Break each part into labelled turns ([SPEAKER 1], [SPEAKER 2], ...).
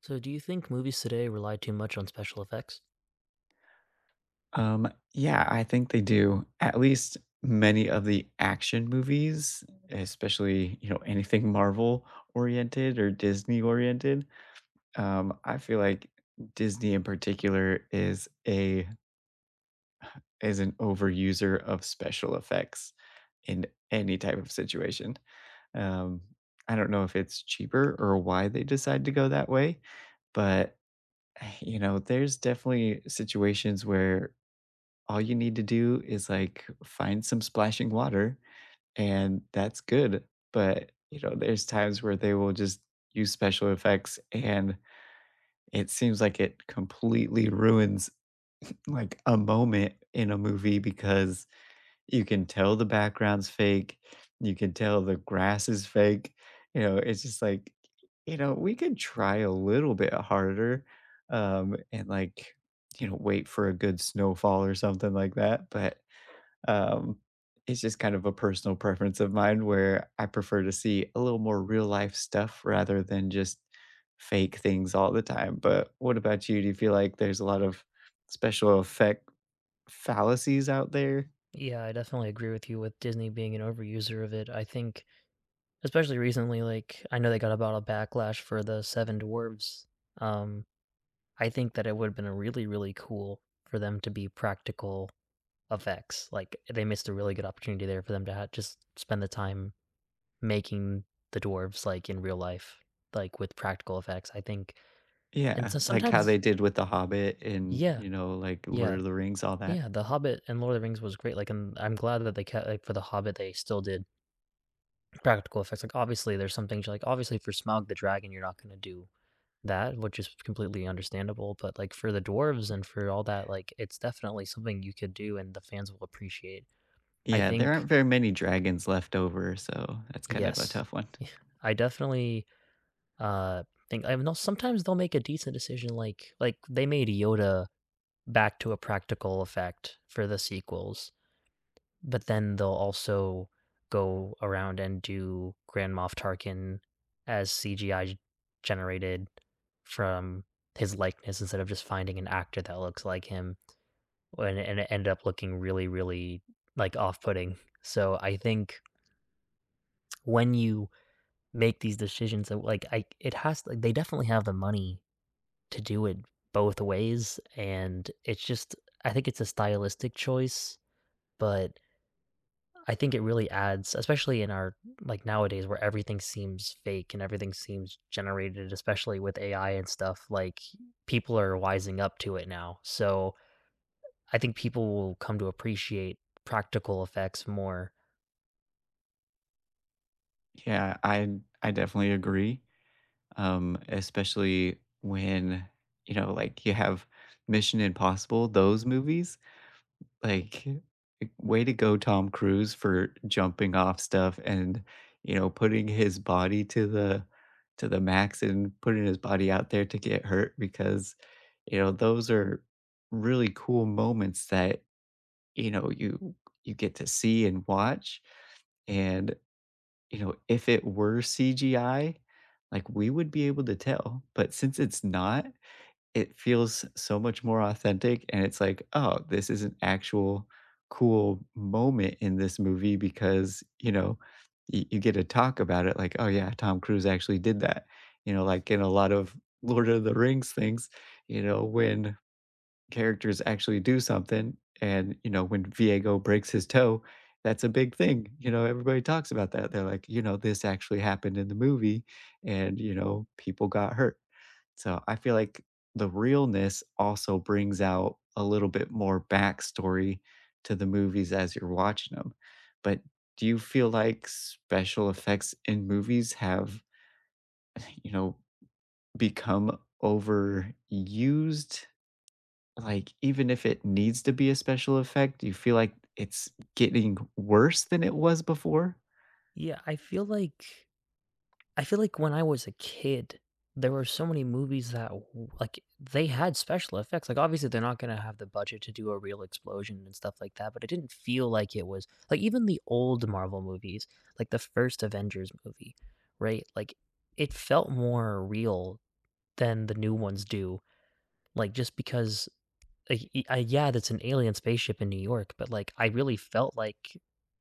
[SPEAKER 1] So, do you think movies today rely too much on special effects?
[SPEAKER 2] Yeah, I think they do. At least many of the action movies, especially, you know, anything Marvel oriented or Disney oriented. I feel like Disney in particular is a is an overuser of special effects in any type of situation. Um, I don't know if it's cheaper or why they decide to go that way, but you know, there's definitely situations where all you need to do is like find some splashing water and that's good. But, you know, there's times where they will just use special effects and it seems like it completely ruins like a moment in a movie because you can tell the background's fake, you can tell the grass is fake. You know, it's just like, we could try a little bit harder and like, wait for a good snowfall or something like that, but um, it's just kind of a personal preference of mine where I prefer to see a little more real life stuff rather than just fake things all the time. But what about you? Do you feel like there's a lot of special effect fallacies out there?
[SPEAKER 1] Yeah, I definitely agree with you with Disney being an overuser of it. I think, especially recently, like I know they got about a backlash for the Seven Dwarves. Um, I think that it would have been really, really cool for them to be practical effects. Like they missed a really good opportunity there for them to just spend the time making the dwarves like in real life, like with practical effects. I think, and
[SPEAKER 2] Yeah,
[SPEAKER 1] so
[SPEAKER 2] like how
[SPEAKER 1] sometimes,
[SPEAKER 2] they did with The Hobbit and,
[SPEAKER 1] yeah,
[SPEAKER 2] you know, like Lord
[SPEAKER 1] yeah,
[SPEAKER 2] of the Rings, all that.
[SPEAKER 1] yeah, The Hobbit and Lord of the Rings was great, like, and I'm glad that they kept like, for The Hobbit, they still did practical effects, like, obviously, there's some things like, obviously, for Smaug the dragon, you're not gonna do that, which is completely understandable, but, like, for the dwarves and for all that, like, it's definitely something you could do and the fans will appreciate. I
[SPEAKER 2] Yeah, there
[SPEAKER 1] think
[SPEAKER 2] aren't very many dragons left over, so that's kind of a
[SPEAKER 1] yes.
[SPEAKER 2] tough one.
[SPEAKER 1] I definitely, uh, think I know sometimes they'll make a decent decision, like, they made Yoda back to a practical effect for the sequels. But then they'll also go around and do Grand Moff Tarkin as CGI generated from his likeness instead of just finding an actor that looks like him, and it ended up looking really, really like off-putting. So I think when you make these decisions, like I, it has like they definitely have the money to do it both ways, and it's just I think it's a stylistic choice, but I think it really adds, especially in our like nowadays where everything seems fake and everything seems generated, especially with AI and stuff, like people are wising up to it now. So I think people will come to appreciate practical effects more.
[SPEAKER 2] Yeah, I definitely agree. Especially when you know, like you have Mission Impossible, those movies, like way to go, Tom Cruise for jumping off stuff and you know putting his body to the max and putting his body out there to get hurt because you know those are really cool moments that you know you get to see and watch and you know, if it were CGI, like, we would be able to tell, but since it's not, it feels so much more authentic, and it's like, "Oh, this is an actual cool moment in this movie," because, you know, you get to talk about it like, "Oh, yeah, Tom Cruise actually did that." You know, like in a lot of Lord of the Rings things, you know, when characters actually do something. And, you know, when Viego breaks his toe, that's a big thing. You know, everybody talks about that. They're like, you know, this actually happened in the movie and, you know, people got hurt. So I feel like the realness also brings out a little bit more backstory to the movies as you're watching them. But do you feel like special effects in movies have, you know, become overused like, even if it needs to be a special effect, do you feel like it's getting worse than it was before?
[SPEAKER 1] Yeah, I feel like when I was a kid, there were so many movies that w like, they had special effects, like, obviously, they're not gonna have the budget to do a real explosion and stuff like that, but it didn't feel like it was like, even the old Marvel movies, like the first Avengers movie, right? Like, it felt more real than the new ones do, like, just because y yeah, that's an alien spaceship in New York, but, like, I really felt like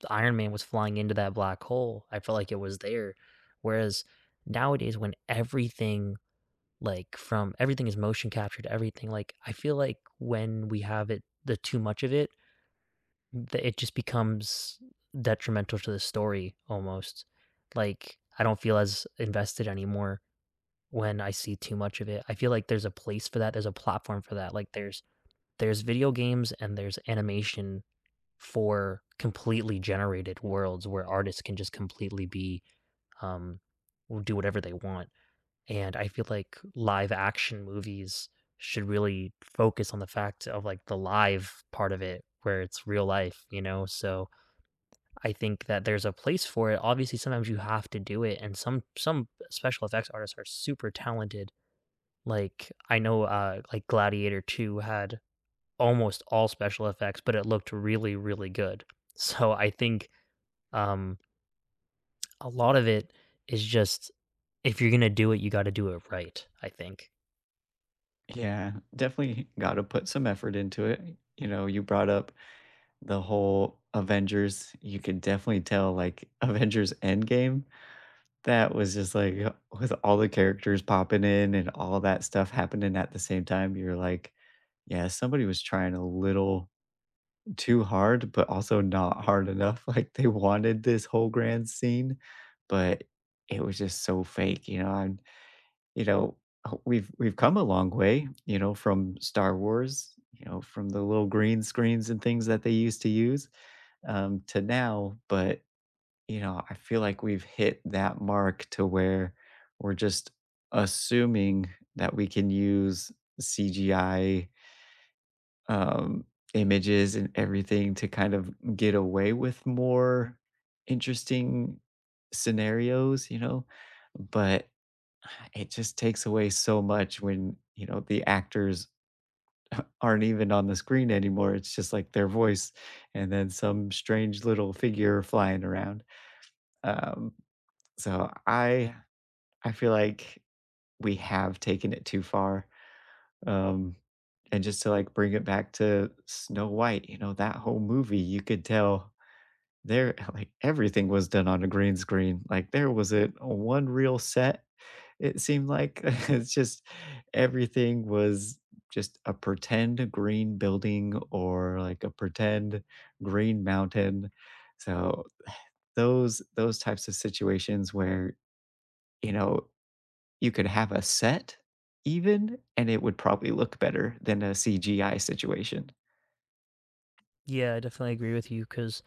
[SPEAKER 1] the Iron Man was flying into that black hole. I felt like it was there. Whereas nowadays when everything, like, from everything is motion captured, everything, like, I feel like when we have it the too much of it, that it just becomes detrimental to the story almost. Like, I don't feel as invested anymore when I see too much of it. I feel like there's a place for that, there's a platform for that, like, there's video games and there's animation for completely generated worlds where artists can just completely be, um, do whatever they want. And I feel like live action movies should really focus on the fact of like the live part of it where it's real life, you know? So I think that there's a place for it. Obviously, sometimes you have to do it. And some special effects artists are super talented. Like I know, like Gladiator 2 had almost all special effects, but it looked really, really good. So I think um, a lot of it is just if you're gonna do it, you got to do it right. I think.
[SPEAKER 2] Yeah, definitely gotta put some effort into it. You know, you brought up the whole Avengers. You could definitely tell, like, Avengers Endgame, that was just like with all the characters popping in and all that stuff happening at the same time, you're like, yeah, somebody was trying a little too hard, but also not hard enough, like, they wanted this whole grand scene, but it was just so fake, you know, and, you know, we've come a long way, you know, from Star Wars, you know, from the little green screens and things that they used to use, to now, but, you know, I feel like we've hit that mark to where we're just assuming that we can use CGI um, images and everything to kind of get away with more interesting scenarios, you know? But it just takes away so much when, you know, the actors aren't even on the screen anymore. It's just like their voice and then some strange little figure flying around. Um, so I feel like we have taken it too far. Um, and just to, like, bring it back to Snow White, you know, that whole movie, you could tell there like, everything was done on a green screen, like, there wasn't a one real set, it seemed like. It's just everything was just a pretend green building or, like, a pretend green mountain. So, those types of situations where, you know, you could have a set even, and it would probably look better than a CGI situation.
[SPEAKER 1] Yeah, I definitely agree with you because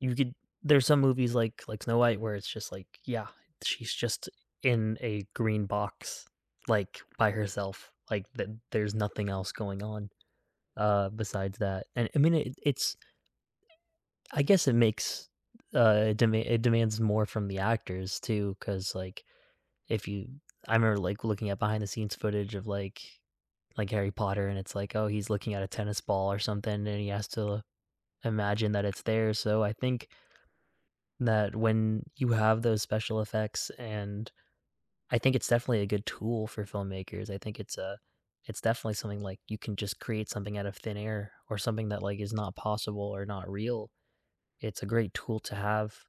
[SPEAKER 1] you could. There's some movies like Snow White where it's just like, yeah, she's just in a green box, like by herself. Like that, there's nothing else going on besides that. And I mean, it, it's. I guess it makes it demands more from the actors too, because like if you I remember, like, looking at behind the scenes footage of, like, Harry Potter, and it's like, oh, he's looking at a tennis ball or something, and he has to imagine that it's there, so I think that when you have those special effects and I think it's definitely a good tool for filmmakers, I think it's definitely something, like, you can just create something out of thin air or something that, like, is not possible or not real. It's a great tool to have.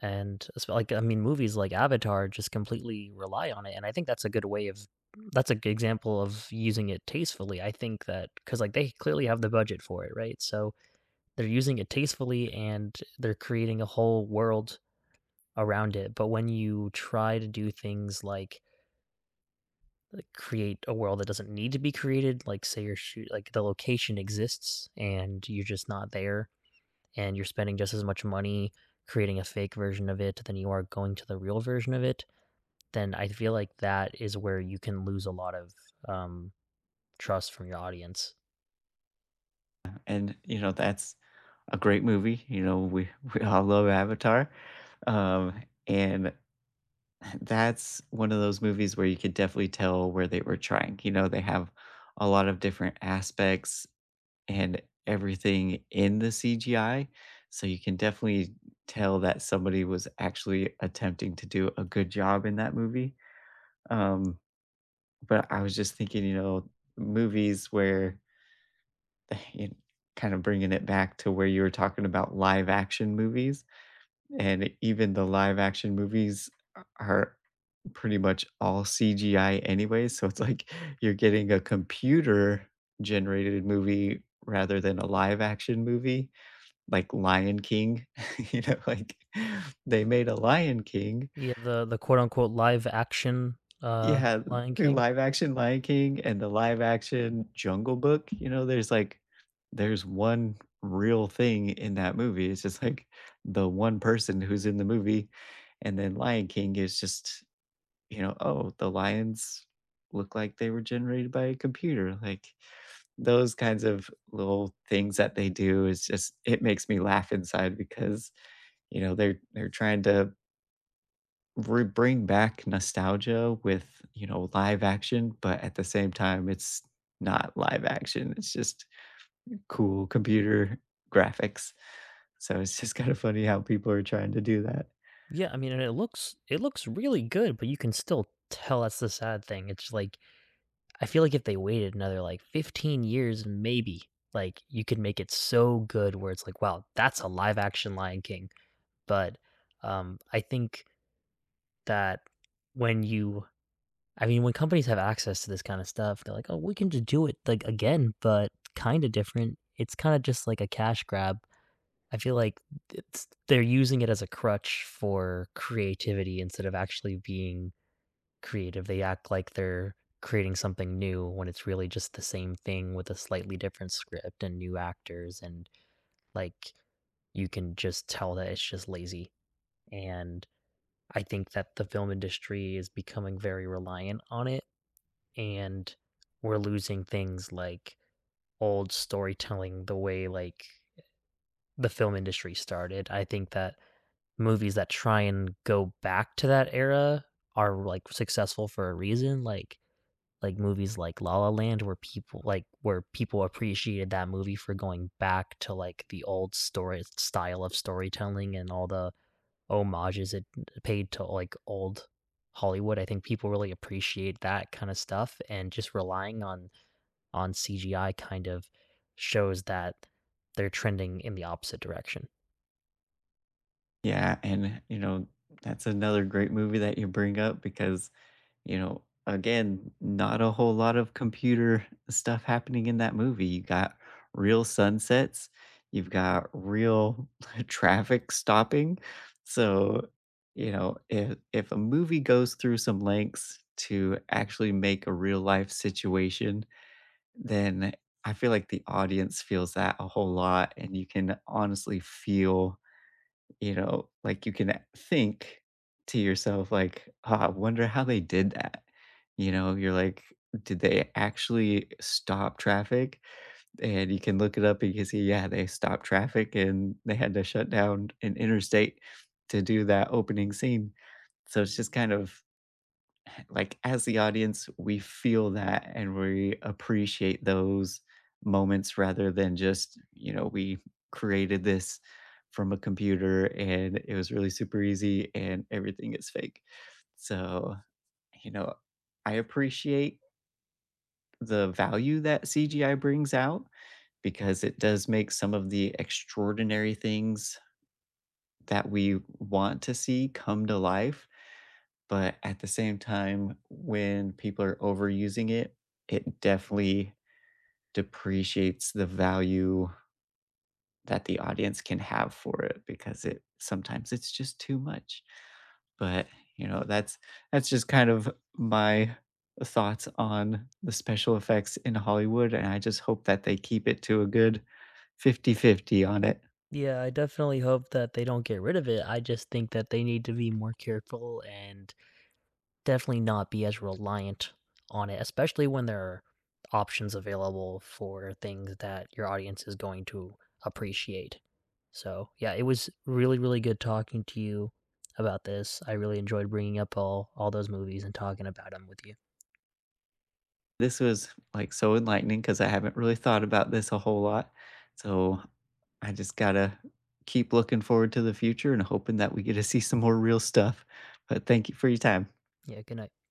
[SPEAKER 1] And it's like, I mean, movies like Avatar just completely rely on it, and I think that's a good example of using it tastefully. I think that because like, they clearly have the budget for it, right? So they're using it tastefully, and they're creating a whole world around it, but when you try to do things like, create a world that doesn't need to be created, like, say you're shoot like, the location exists and you're just not there, and you're spending just as much money creating a fake version of it than you are going to the real version of it, then I feel like that is where you can lose a lot of um, trust from your audience.
[SPEAKER 2] Yeah, and, you know, that's a great movie, you know, we we all love Avatar, um, and that's one of those movies where you could definitely tell where they were trying, you know, they have a lot of different aspects and everything in the CGI. So you can definitely tell that somebody was actually attempting to do a good job in that movie. Um, but I was just thinking, you know, movies where you kind of bringing it back to where you were talking about live action movies, and even the live action movies are pretty much all CGI anyway. So it's like you're getting a computer generated movie rather than a live action movie like Lion King, you know, like they made a Lion King.
[SPEAKER 1] Yeah, the quote unquote live action
[SPEAKER 2] Yeah,
[SPEAKER 1] Lion
[SPEAKER 2] the
[SPEAKER 1] King.
[SPEAKER 2] live action Lion King and the live action Jungle Book, you know, there's like there's one real thing in that movie. It's just like the one person who's in the movie. And then Lion King is just, you know, oh, the lions look like they were generated by a computer. Like those kinds of little things that they do is just it makes me laugh inside because, you know, they're trying to re bring back nostalgia with, you know, live action, but at the same time, it's not live action, it's just cool computer graphics. So it's just kinda funny how people are trying to do that.
[SPEAKER 1] Yeah, I mean, and it looks really good, but you can still tell that's the sad thing. It's like I feel like if they waited another like 15 years, maybe like you could make it so good where it's like, wow, that's a live action Lion King. But I think that when you I mean, when companies have access to this kind of stuff, they're like, "Oh, we can just do it like again, but kind of different." It's kind of just like a cash grab. I feel like it's they're using it as a crutch for creativity instead of actually being creative. They act like they're creating something new when it's really just the same thing with a slightly different script and new actors and like you can just tell that it's just lazy. And I think that the film industry is becoming very reliant on it and we're losing things like old storytelling the way like the film industry started. I think that movies that try and go back to that era are like successful for a reason. Like movies like La La Land where people like where people appreciated that movie for going back to like the old story style of storytelling and all the homages it paid to like old Hollywood. I think people really appreciate that kind of stuff and just relying on CGI kind of shows that they're trending in the opposite direction.
[SPEAKER 2] Yeah, and, you know, that's another great movie that you bring up because you know, again, not a whole lot of computer stuff happening in that movie. You got real sunsets, you've got real traffic stopping. So, you know, if a movie goes through some lengths to actually make a real life situation, then I feel like the audience feels that a whole lot, and you can honestly feel you know, like, you can think to yourself, like, "Ah, I wonder how they did that." You know, you're like, "Did they actually stop traffic?" And you can look it up and you can see, yeah, they stopped traffic and they had to shut down an interstate to do that opening scene. So it's just kind of like, as the audience, we feel that and we appreciate those moments rather than just, you know, we created this from a computer and it was really super easy and everything is fake. So, you know, I appreciate the value that CGI brings out because it does make some of the extraordinary things that we want to see come to life. But at the same time, when people are overusing it, it definitely depreciates the value that the audience can have for it because it sometimes it's just too much. But, you know, that's just kind of my thoughts on the special effects in Hollywood, and I just hope that they keep it to a good 50-50 on it.
[SPEAKER 1] Yeah, I definitely hope that they don't get rid of it. I just think that they need to be more careful and definitely not be as reliant on it, especially when there are options available for things that your audience is going to appreciate. So, yeah, it was really, really good talking to you about this. I really enjoyed bringing up all those movies and talking about them with you.
[SPEAKER 2] This was, like, so enlightening because I haven't really thought about this a whole lot, so I just gotta keep looking forward to the future and hoping that we get to see some more real stuff, but thank you for your time.
[SPEAKER 1] Yeah, good night.